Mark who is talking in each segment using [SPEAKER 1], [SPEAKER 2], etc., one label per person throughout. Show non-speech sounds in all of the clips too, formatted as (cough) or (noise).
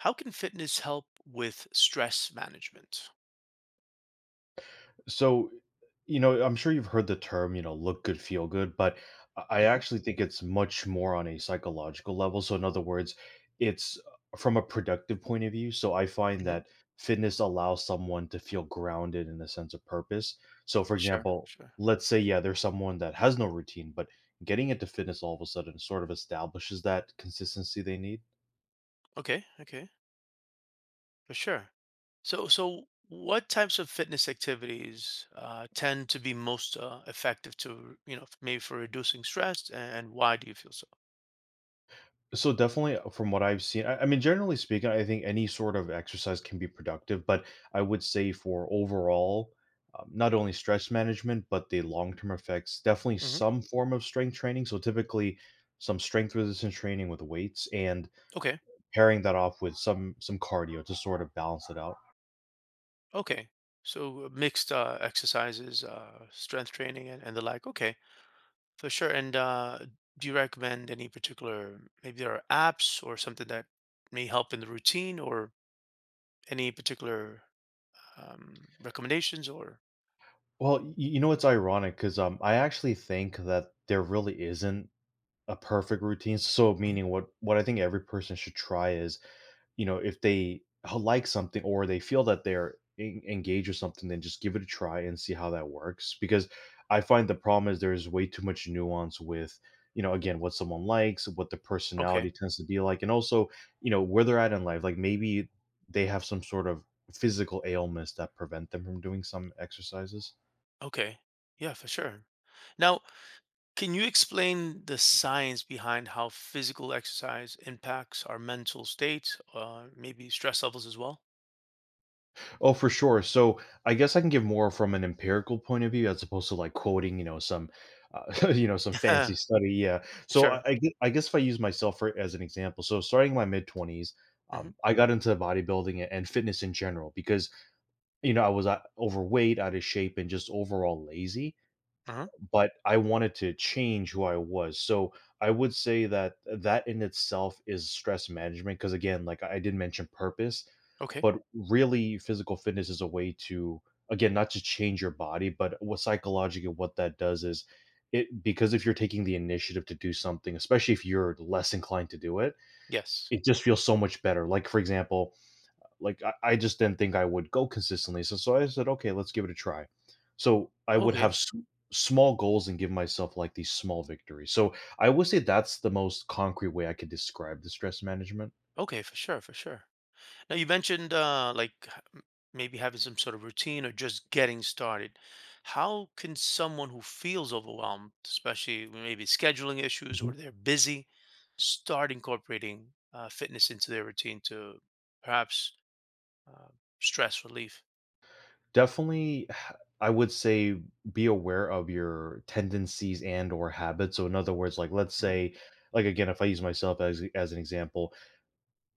[SPEAKER 1] How can fitness help with stress management?
[SPEAKER 2] So, you know, I'm sure you've heard the term, you know, look good, feel good, but I
[SPEAKER 1] Mhm,
[SPEAKER 2] actually think it's much more on a psychological level. So, in other words, it's from a productive point of view. So, I find
[SPEAKER 1] mhm,
[SPEAKER 2] that fitness allows someone to feel grounded in a sense of purpose. So, for
[SPEAKER 1] for sure,
[SPEAKER 2] example,
[SPEAKER 1] sure.
[SPEAKER 2] let's say, yeah, there's someone that has no routine, but getting into fitness all of a sudden sort of establishes that consistency they need.
[SPEAKER 1] Okay, okay, for sure. So what types of fitness activities tend to be most effective to, you know, maybe for reducing stress, and why do you feel so?
[SPEAKER 2] So definitely from what I've seen, I mean, generally speaking, I think any sort of exercise can be productive, but I would say for overall, not only stress management, but the long-term effects, definitely
[SPEAKER 1] Hmm.
[SPEAKER 2] some form of strength training. So typically some strength resistance training with weights and
[SPEAKER 1] Okay,
[SPEAKER 2] pairing that off with some cardio to sort of balance it out.
[SPEAKER 1] okay. So mixed exercises, strength training, and the like. Okay, for sure. And do you recommend any particular, maybe there are apps or something that may help in the routine, or any particular recommendations or?
[SPEAKER 2] Well, you know, it's ironic because I actually think that there really isn't a perfect routine. So
[SPEAKER 1] Mhm.
[SPEAKER 2] meaning what I think every person should try is you know, if they like something or they feel that they're en engaged with something, then just give it a try and see how that works, because I find the problem is there's way too much nuance with, you know, again, what someone likes, what the
[SPEAKER 1] Okay.
[SPEAKER 2] personality tends to be like, and also, you know, where they're at in life, like, maybe they have some sort of physical ailments that prevent them from doing some exercises.
[SPEAKER 1] Okay. Yeah, for sure. Now, can you explain the science behind how physical exercise impacts our mental state, maybe stress levels as well?
[SPEAKER 2] Oh, for sure. So I guess I can give more from an empirical point of view as opposed to like quoting, you know, some, (laughs) you know, some
[SPEAKER 1] (laughs)
[SPEAKER 2] fancy study. Yeah. So
[SPEAKER 1] Sure.
[SPEAKER 2] I guess if I use myself for, as an example, so starting my mid twenties,
[SPEAKER 1] Hmm.
[SPEAKER 2] I got into bodybuilding and fitness in general because you know I was overweight, out of shape, and just overall lazy
[SPEAKER 1] Uh.
[SPEAKER 2] but I wanted to change who I was. So I would say that that in itself is stress management because again, like I did mention purpose,
[SPEAKER 1] Okay.
[SPEAKER 2] but really physical fitness is a way to again not to change your body, but what psychologically what that does is it because if you're taking the initiative to do something, especially if you're less inclined to do it,
[SPEAKER 1] Yes.
[SPEAKER 2] it just feels so much better. Like for example, like I just didn't think I would go consistently. So I said, okay, let's give it a try. So I would have
[SPEAKER 1] Okay.
[SPEAKER 2] small goals and give myself like these small victories. So I would say that's the most concrete way I could describe the stress management.
[SPEAKER 1] Okay. For sure. For sure. Now you mentioned maybe having some sort of routine or just getting started. How can someone who feels overwhelmed, especially with maybe scheduling issues
[SPEAKER 2] Mhm.
[SPEAKER 1] or they're busy, start incorporating fitness into their routine to perhaps uh, stress relief?
[SPEAKER 2] Definitely, (sighs) I would say be aware of your tendencies and or habits. So in other words, like let's
[SPEAKER 1] Mm-hmm.
[SPEAKER 2] say, like again, if I use myself as an example,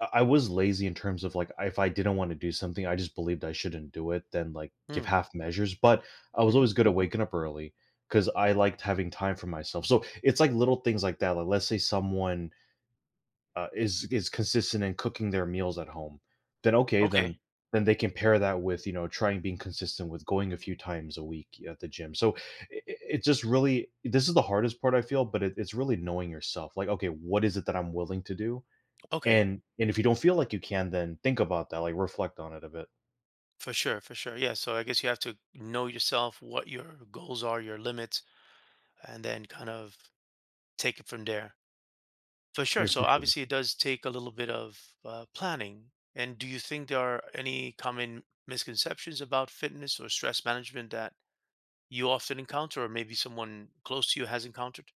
[SPEAKER 2] I was lazy in terms of, like, if I didn't wanna do something, I just believed I shouldn't do it, then, like, give half measures, but I was
[SPEAKER 1] Mm-hmm.
[SPEAKER 2] always good at waking up early because I liked having time for myself, so it's, like, little things like that, like, let's say someone, is consistent in cooking their meals at home, then okay,
[SPEAKER 1] Okay.
[SPEAKER 2] then they can pair that with, you know, trying being consistent with going a few times a week at the gym, so I it just really this is the hardest part I feel, but it's really knowing yourself, like, "Okay, what is it that I'm willing to do?"
[SPEAKER 1] Okay.
[SPEAKER 2] And if you don't feel like you can, then think about that, like, reflect on it a bit.
[SPEAKER 1] For sure. For sure. Yeah. So I guess you have to know yourself, what your goals are, your limits, and then kind of take it from there. For sure.
[SPEAKER 2] Yeah,
[SPEAKER 1] So
[SPEAKER 2] for sure.
[SPEAKER 1] obviously, it does take a little bit of planning. And do you think there are any common misconceptions about fitness or stress management that you often encounter, or maybe someone close to you has encountered?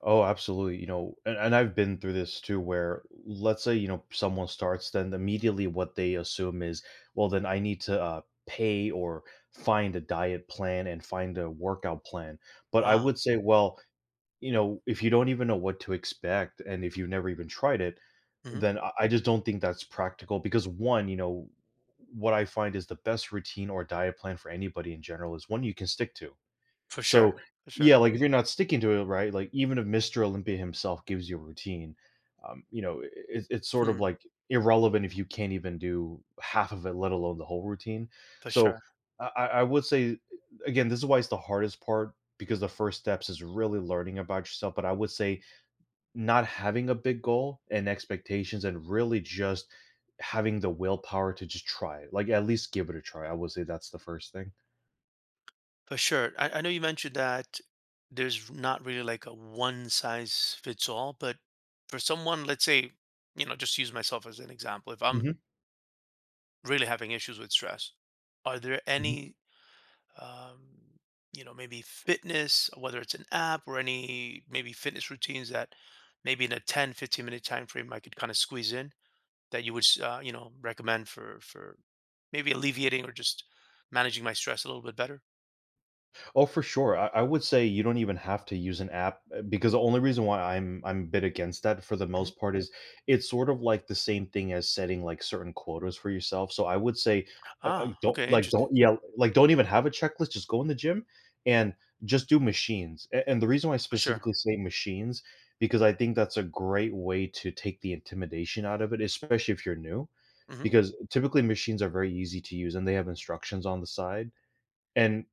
[SPEAKER 2] Oh, absolutely, you know, and I've been through this too where, let's say, you know, someone starts, then immediately what they assume is, "Well, then I need to, pay or find a diet plan and find a workout plan." But I
[SPEAKER 1] Ah,
[SPEAKER 2] would say, well, you know, if you don't even know what to expect and if you've never even tried it,
[SPEAKER 1] hmm,
[SPEAKER 2] then I just don't think that's practical because one, you know, what I find is the best routine or diet plan for anybody in general is one you can stick to
[SPEAKER 1] for sure,
[SPEAKER 2] so,
[SPEAKER 1] for sure,
[SPEAKER 2] yeah, like, if you're not sticking to it, right, like, even if Mr. Olympia himself gives you a routine, you know, I it's sort of,
[SPEAKER 1] hmm.
[SPEAKER 2] like, irrelevant if you can't even do half of it, let alone the whole routine.
[SPEAKER 1] For
[SPEAKER 2] So,
[SPEAKER 1] sure,
[SPEAKER 2] I would say, again, this is why it's the hardest part because the first steps is really learning about yourself, but I would say not having a big goal and expectations and really just having the willpower to just try it, like, at least give it a try. I would say that's the first thing.
[SPEAKER 1] for sure. I know you mentioned that there's not really like a one size fits all, but for someone, let's say, you know, just use myself as an example. If I'm
[SPEAKER 2] Mhm.
[SPEAKER 1] really having issues with stress, are there
[SPEAKER 2] Mhm.
[SPEAKER 1] any um, you know, maybe fitness, whether it's an app or any maybe fitness routines that maybe in a 10-15 minute time frame I could kind of squeeze in that you would, you know, recommend for maybe alleviating or just managing my stress a little bit better.
[SPEAKER 2] Oh, for sure. I would say you don't even have to use an app because the only reason why I'm a bit against that for the
[SPEAKER 1] Hmm.
[SPEAKER 2] most part is it's sort of like the same thing as setting like certain quotas for yourself. So I would say
[SPEAKER 1] Ah,
[SPEAKER 2] don't
[SPEAKER 1] okay,
[SPEAKER 2] like
[SPEAKER 1] interesting.
[SPEAKER 2] don't yeah like don't even have a checklist. Just go in the gym and just do machines. And the reason why I
[SPEAKER 1] For sure.
[SPEAKER 2] specifically say machines because I think that's a great way to take the intimidation out of it, especially if you're new.
[SPEAKER 1] Hmm.
[SPEAKER 2] Because typically machines are very easy to use and they have instructions on the side. And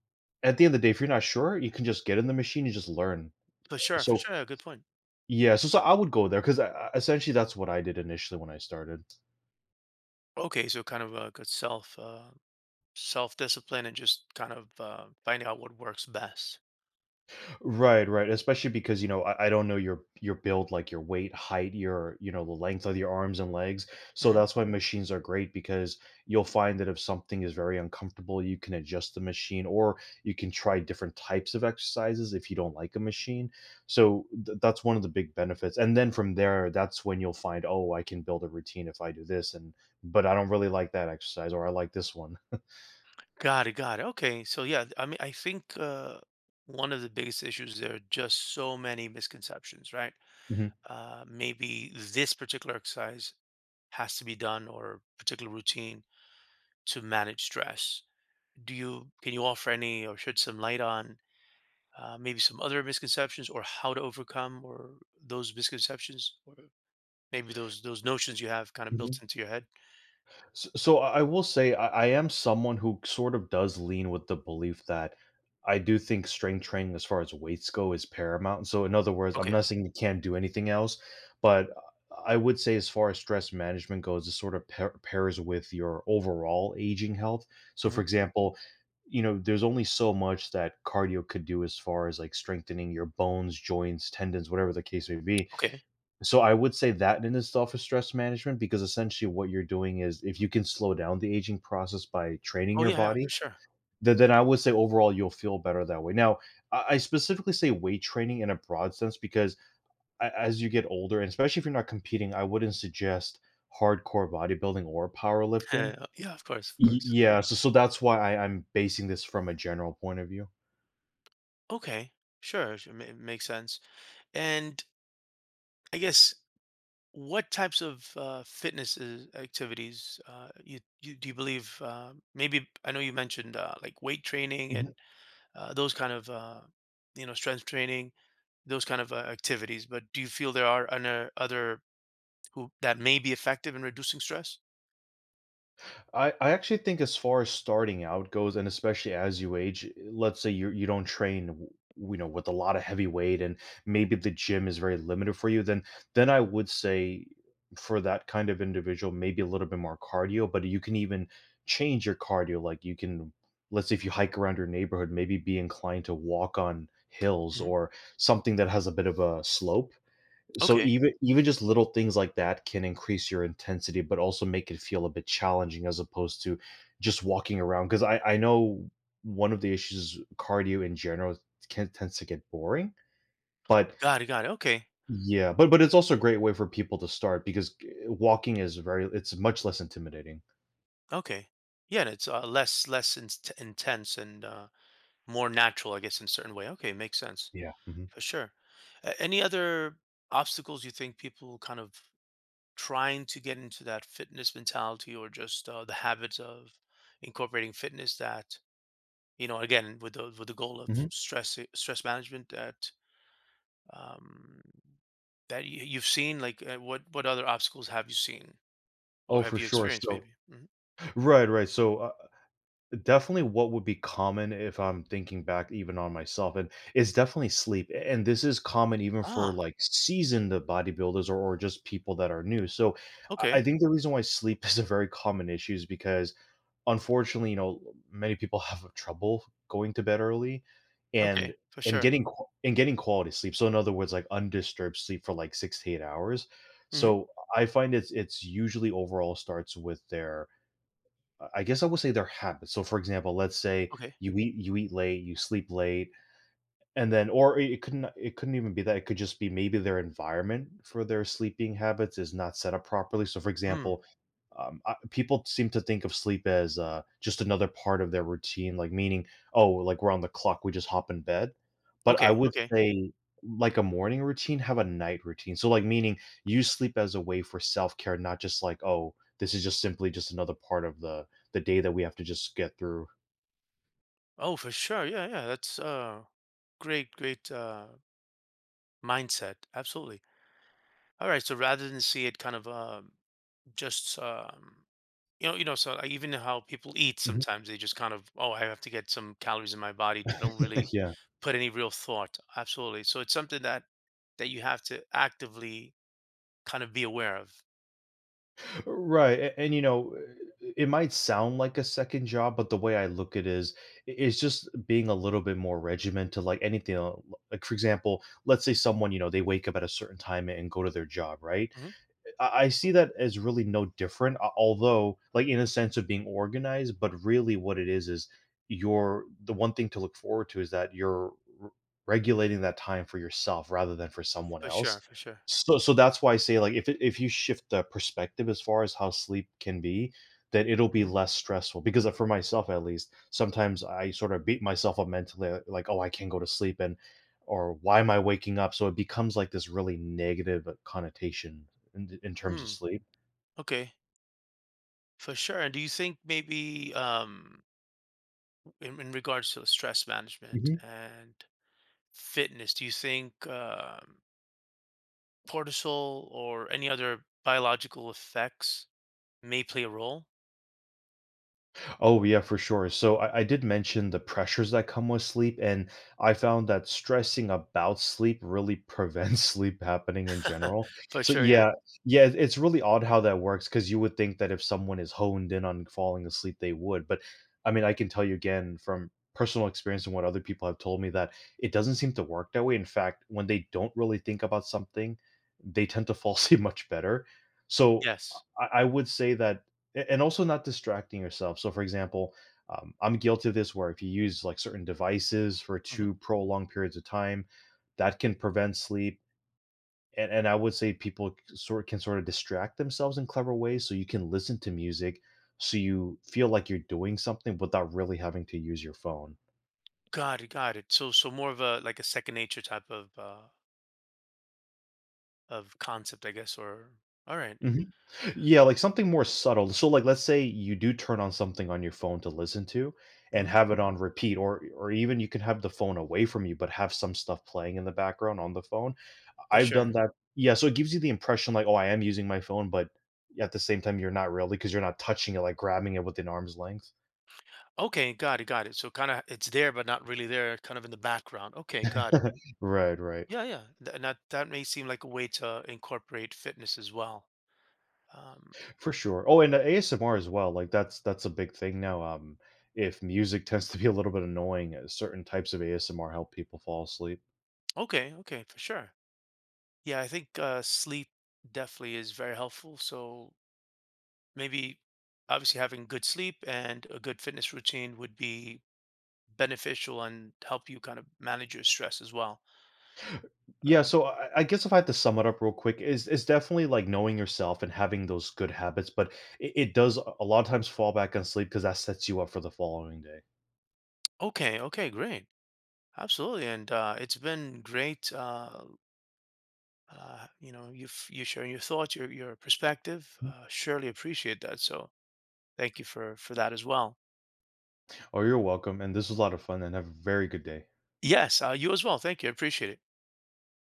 [SPEAKER 2] at the end of the day, if you're not sure, you can just get in the machine and just learn.
[SPEAKER 1] For sure. For
[SPEAKER 2] So,
[SPEAKER 1] sure. Good point.
[SPEAKER 2] yeah, so I would go there because essentially that's what I did initially when I started.
[SPEAKER 1] Okay, so kind of a good self self discipline and just kind of finding out what works best.
[SPEAKER 2] Right, right. Especially because, you know, I don't know your build, like your weight, height, your, you know, the length of your arms and legs. So
[SPEAKER 1] Mhm.
[SPEAKER 2] that's why machines are great because you'll find that if something is very uncomfortable, you can adjust the machine or you can try different types of exercises if you don't like a machine. So that's one of the big benefits. And then from there, that's when you'll find, oh, I can build a routine if I do this and but I don't really like that exercise or I like this one.
[SPEAKER 1] Got it, got it. Okay, so yeah, I mean, I think one of the biggest issues there are just so many misconceptions, right?
[SPEAKER 2] Mhm.
[SPEAKER 1] Maybe this particular exercise has to be done or particular routine to manage stress. Do you, can you offer any or shed some light on maybe some other misconceptions or how to overcome or those misconceptions or maybe those notions you have kind of built into your head?
[SPEAKER 2] So I will say I am someone who sort of does lean with the belief that I do think strength training as far as weights go is paramount. So in other words, I'm
[SPEAKER 1] Okay.
[SPEAKER 2] not saying you can't do anything else, but I would say as far as stress management goes, it sort of pairs with your overall aging health. So for
[SPEAKER 1] Hmm.
[SPEAKER 2] example, you know, there's only so much that cardio could do as far as like strengthening your bones, joints, tendons, whatever the case may be.
[SPEAKER 1] Okay.
[SPEAKER 2] So I would say that in itself is stress management because essentially what you're doing is if you can slow down the aging process by training
[SPEAKER 1] Oh
[SPEAKER 2] your
[SPEAKER 1] yeah, yeah,
[SPEAKER 2] body,
[SPEAKER 1] for sure.
[SPEAKER 2] then I would say overall you'll feel better that way. Now, I specifically say weight training in a broad sense because as you get older, and especially if you're not competing, I wouldn't suggest hardcore bodybuilding or powerlifting.
[SPEAKER 1] (laughs) Yeah, of course, of course.
[SPEAKER 2] Yeah, so that's why I'm basing this from a general point of view.
[SPEAKER 1] Okay, sure, sure, it makes sense. And I guess what types of activities you do you believe? Maybe I know you mentioned like weight training and those kind of you know, strength training, those kind of activities. But do you feel there are other who that may be effective in reducing stress?
[SPEAKER 2] I actually think as far as starting out goes, and especially as you age, let's say you don't train, you know, with a lot of heavy weight, and maybe the gym is very limited for you. Then I would say for that kind of individual, maybe a little bit more cardio, but you can even change your cardio. Like you can, let's say if you hike around your neighborhood, maybe be inclined to walk on hills
[SPEAKER 1] Hmm.
[SPEAKER 2] or something that has a bit of a slope so
[SPEAKER 1] Okay,
[SPEAKER 2] even just little things like that can increase your intensity, but also make it feel a bit challenging as opposed to just walking around. Because I know one of the issues is cardio in general can tends to get boring, but
[SPEAKER 1] got it, got it. Okay,
[SPEAKER 2] yeah, but it's also a great way for people to start because walking is very it's much less intimidating.
[SPEAKER 1] okay. Yeah, and it's intense and more natural, I guess, in a certain way. Okay, makes sense.
[SPEAKER 2] Yeah. Hmm.
[SPEAKER 1] For sure. Any other obstacles you think people kind of trying to get into that fitness mentality or just the habits of incorporating fitness that, you know, again, with the goal of
[SPEAKER 2] Hmm.
[SPEAKER 1] stress management that um that you've seen like what other obstacles have you seen or
[SPEAKER 2] Oh,
[SPEAKER 1] have
[SPEAKER 2] for
[SPEAKER 1] you
[SPEAKER 2] sure.
[SPEAKER 1] experienced
[SPEAKER 2] So
[SPEAKER 1] maybe? Mhm.
[SPEAKER 2] right, right. So definitely what would be common if I'm thinking back even on myself, and it's definitely sleep, and this is common even for,
[SPEAKER 1] Ah,
[SPEAKER 2] like, seasoned bodybuilders or just people that are new, so I
[SPEAKER 1] okay.
[SPEAKER 2] think the reason why sleep (laughs) is a very common issue is because, unfortunately, many people (laughs) have trouble going to bed early and
[SPEAKER 1] Okay. For
[SPEAKER 2] and
[SPEAKER 1] sure.
[SPEAKER 2] getting qua and getting quality sleep. So, in other words, like, undisturbed sleep for, like, 6 to 8 hours.
[SPEAKER 1] Mhm.
[SPEAKER 2] So I find it's usually overall starts with their, I guess I would say, their habits. So, for example, let's say
[SPEAKER 1] Okay.
[SPEAKER 2] you eat late, you sleep late, and then, or it couldn't even be that, it could just be maybe their environment for their sleeping habits is not set up properly. So, for
[SPEAKER 1] Hmm.
[SPEAKER 2] example, people seem to think of sleep as, just another part of their routine, like, meaning, "Oh, like, we're on the clock, we just hop in bed." But I
[SPEAKER 1] Okay.
[SPEAKER 2] would
[SPEAKER 1] Okay.
[SPEAKER 2] say, like a morning routine, have a night routine. So, like, meaning, use sleep as a way for self-care, not just like, "Oh, this is just simply just another part of the day that we have to just get through."
[SPEAKER 1] Oh, for sure. Yeah, yeah. That's great great mindset, absolutely. All right, so rather than see it kind of just you know, so even how people eat,
[SPEAKER 2] Mhm.
[SPEAKER 1] sometimes they just kind of, oh, I have to get some calories in my body. I don't really
[SPEAKER 2] (laughs) Yeah.
[SPEAKER 1] put any real thought. Absolutely. So it's something that that you have to actively kind of be aware of.
[SPEAKER 2] Right. And, you know, it might sound like a second job, but the way I look at it is it's just being a little bit more regimented, like anything. Like, for example, let's say someone, you know, they wake up at a certain time and go to their job, right?
[SPEAKER 1] Hmm.
[SPEAKER 2] I see that as really no different, although like in a sense of being organized. But really, what it is you're the one thing to look forward to is that you're r- regulating that time for yourself rather than for someone
[SPEAKER 1] For
[SPEAKER 2] else.
[SPEAKER 1] sure, for sure.
[SPEAKER 2] So, so that's why I say, like, if you shift the perspective as far as how sleep can be, then it'll be
[SPEAKER 1] Hmm.
[SPEAKER 2] less stressful. Because for myself, at least, sometimes I sort of beat myself up mentally, like, oh, I can't go to sleep, and or why am I waking up? So it becomes like this really negative connotation in terms of
[SPEAKER 1] Mm,
[SPEAKER 2] sleep?
[SPEAKER 1] okay, for sure. And do you think maybe in regards to stress management
[SPEAKER 2] Mhm.
[SPEAKER 1] and fitness, do you think, cortisol or any other biological effects may play a role.
[SPEAKER 2] Oh, yeah, for sure. So I did mention the pressures that come with sleep, and I found that stressing about sleep really prevents (laughs) sleep happening in general.
[SPEAKER 1] (laughs) For
[SPEAKER 2] So
[SPEAKER 1] sure, yeah.
[SPEAKER 2] yeah, yeah, it's really odd how that works, because you would think that if someone is honed in on falling asleep, they would. But I mean, I can tell you again from personal experience and what other people have told me that it doesn't seem to work that way. In fact, when they don't really think about something, they tend to fall (laughs) asleep much better. So
[SPEAKER 1] Yes.
[SPEAKER 2] I would say that and also not distracting yourself. So, for example, I'm guilty of this, where if you use like certain devices for
[SPEAKER 1] Hmm.
[SPEAKER 2] too prolonged periods of time, that can prevent sleep. And I would say people c- sort can sort of distract themselves in clever ways. So you can listen to music, so you feel like you're doing something without really having to use your phone.
[SPEAKER 1] Got it, got it. So, so more of a like a second nature type of concept, I guess. Or all right.
[SPEAKER 2] Yeah, like something more subtle. So, like, let's say you do turn on something on your phone to listen to and
[SPEAKER 1] Mm-hmm.
[SPEAKER 2] have it on repeat, or even you can have the phone away from you but have some stuff playing in the background on the phone.
[SPEAKER 1] For
[SPEAKER 2] I've done
[SPEAKER 1] sure.
[SPEAKER 2] that. Yeah, so it gives you the impression like, oh, I am using my phone, but at the same time you're not really, because you're not touching it, like grabbing it within arm's length.
[SPEAKER 1] Okay, got it, got it. So kind of it's there, but not really there, kind of in the background. Okay, got it.
[SPEAKER 2] (laughs) Right, right.
[SPEAKER 1] Yeah, yeah. And that may seem like a way to incorporate fitness as well. Um,
[SPEAKER 2] For sure. Oh, and ASMR as well. Like, that's a big thing now. If music tends to be a little bit annoying, certain types of ASMR help people fall asleep.
[SPEAKER 1] okay, okay, for sure. Yeah, I think sleep definitely is very helpful. So maybe obviously having good sleep and a good fitness routine would be beneficial and help you kind of manage your stress as well. All
[SPEAKER 2] Yeah,
[SPEAKER 1] right.
[SPEAKER 2] so I guess if I had to sum it up real quick, is definitely like knowing yourself and having those good habits, but it does a lot of times fall back on sleep, because that sets you up for the following day.
[SPEAKER 1] Okay. Okay. Great. Absolutely. And it's been great. You know, you sharing your thoughts, your perspective.
[SPEAKER 2] Mhm.
[SPEAKER 1] Surely appreciate that. So thank you for that as well.
[SPEAKER 2] Oh, you're welcome, and this was a lot of fun, and have a very good day.
[SPEAKER 1] Yes. You as well. Thank you. I appreciate it.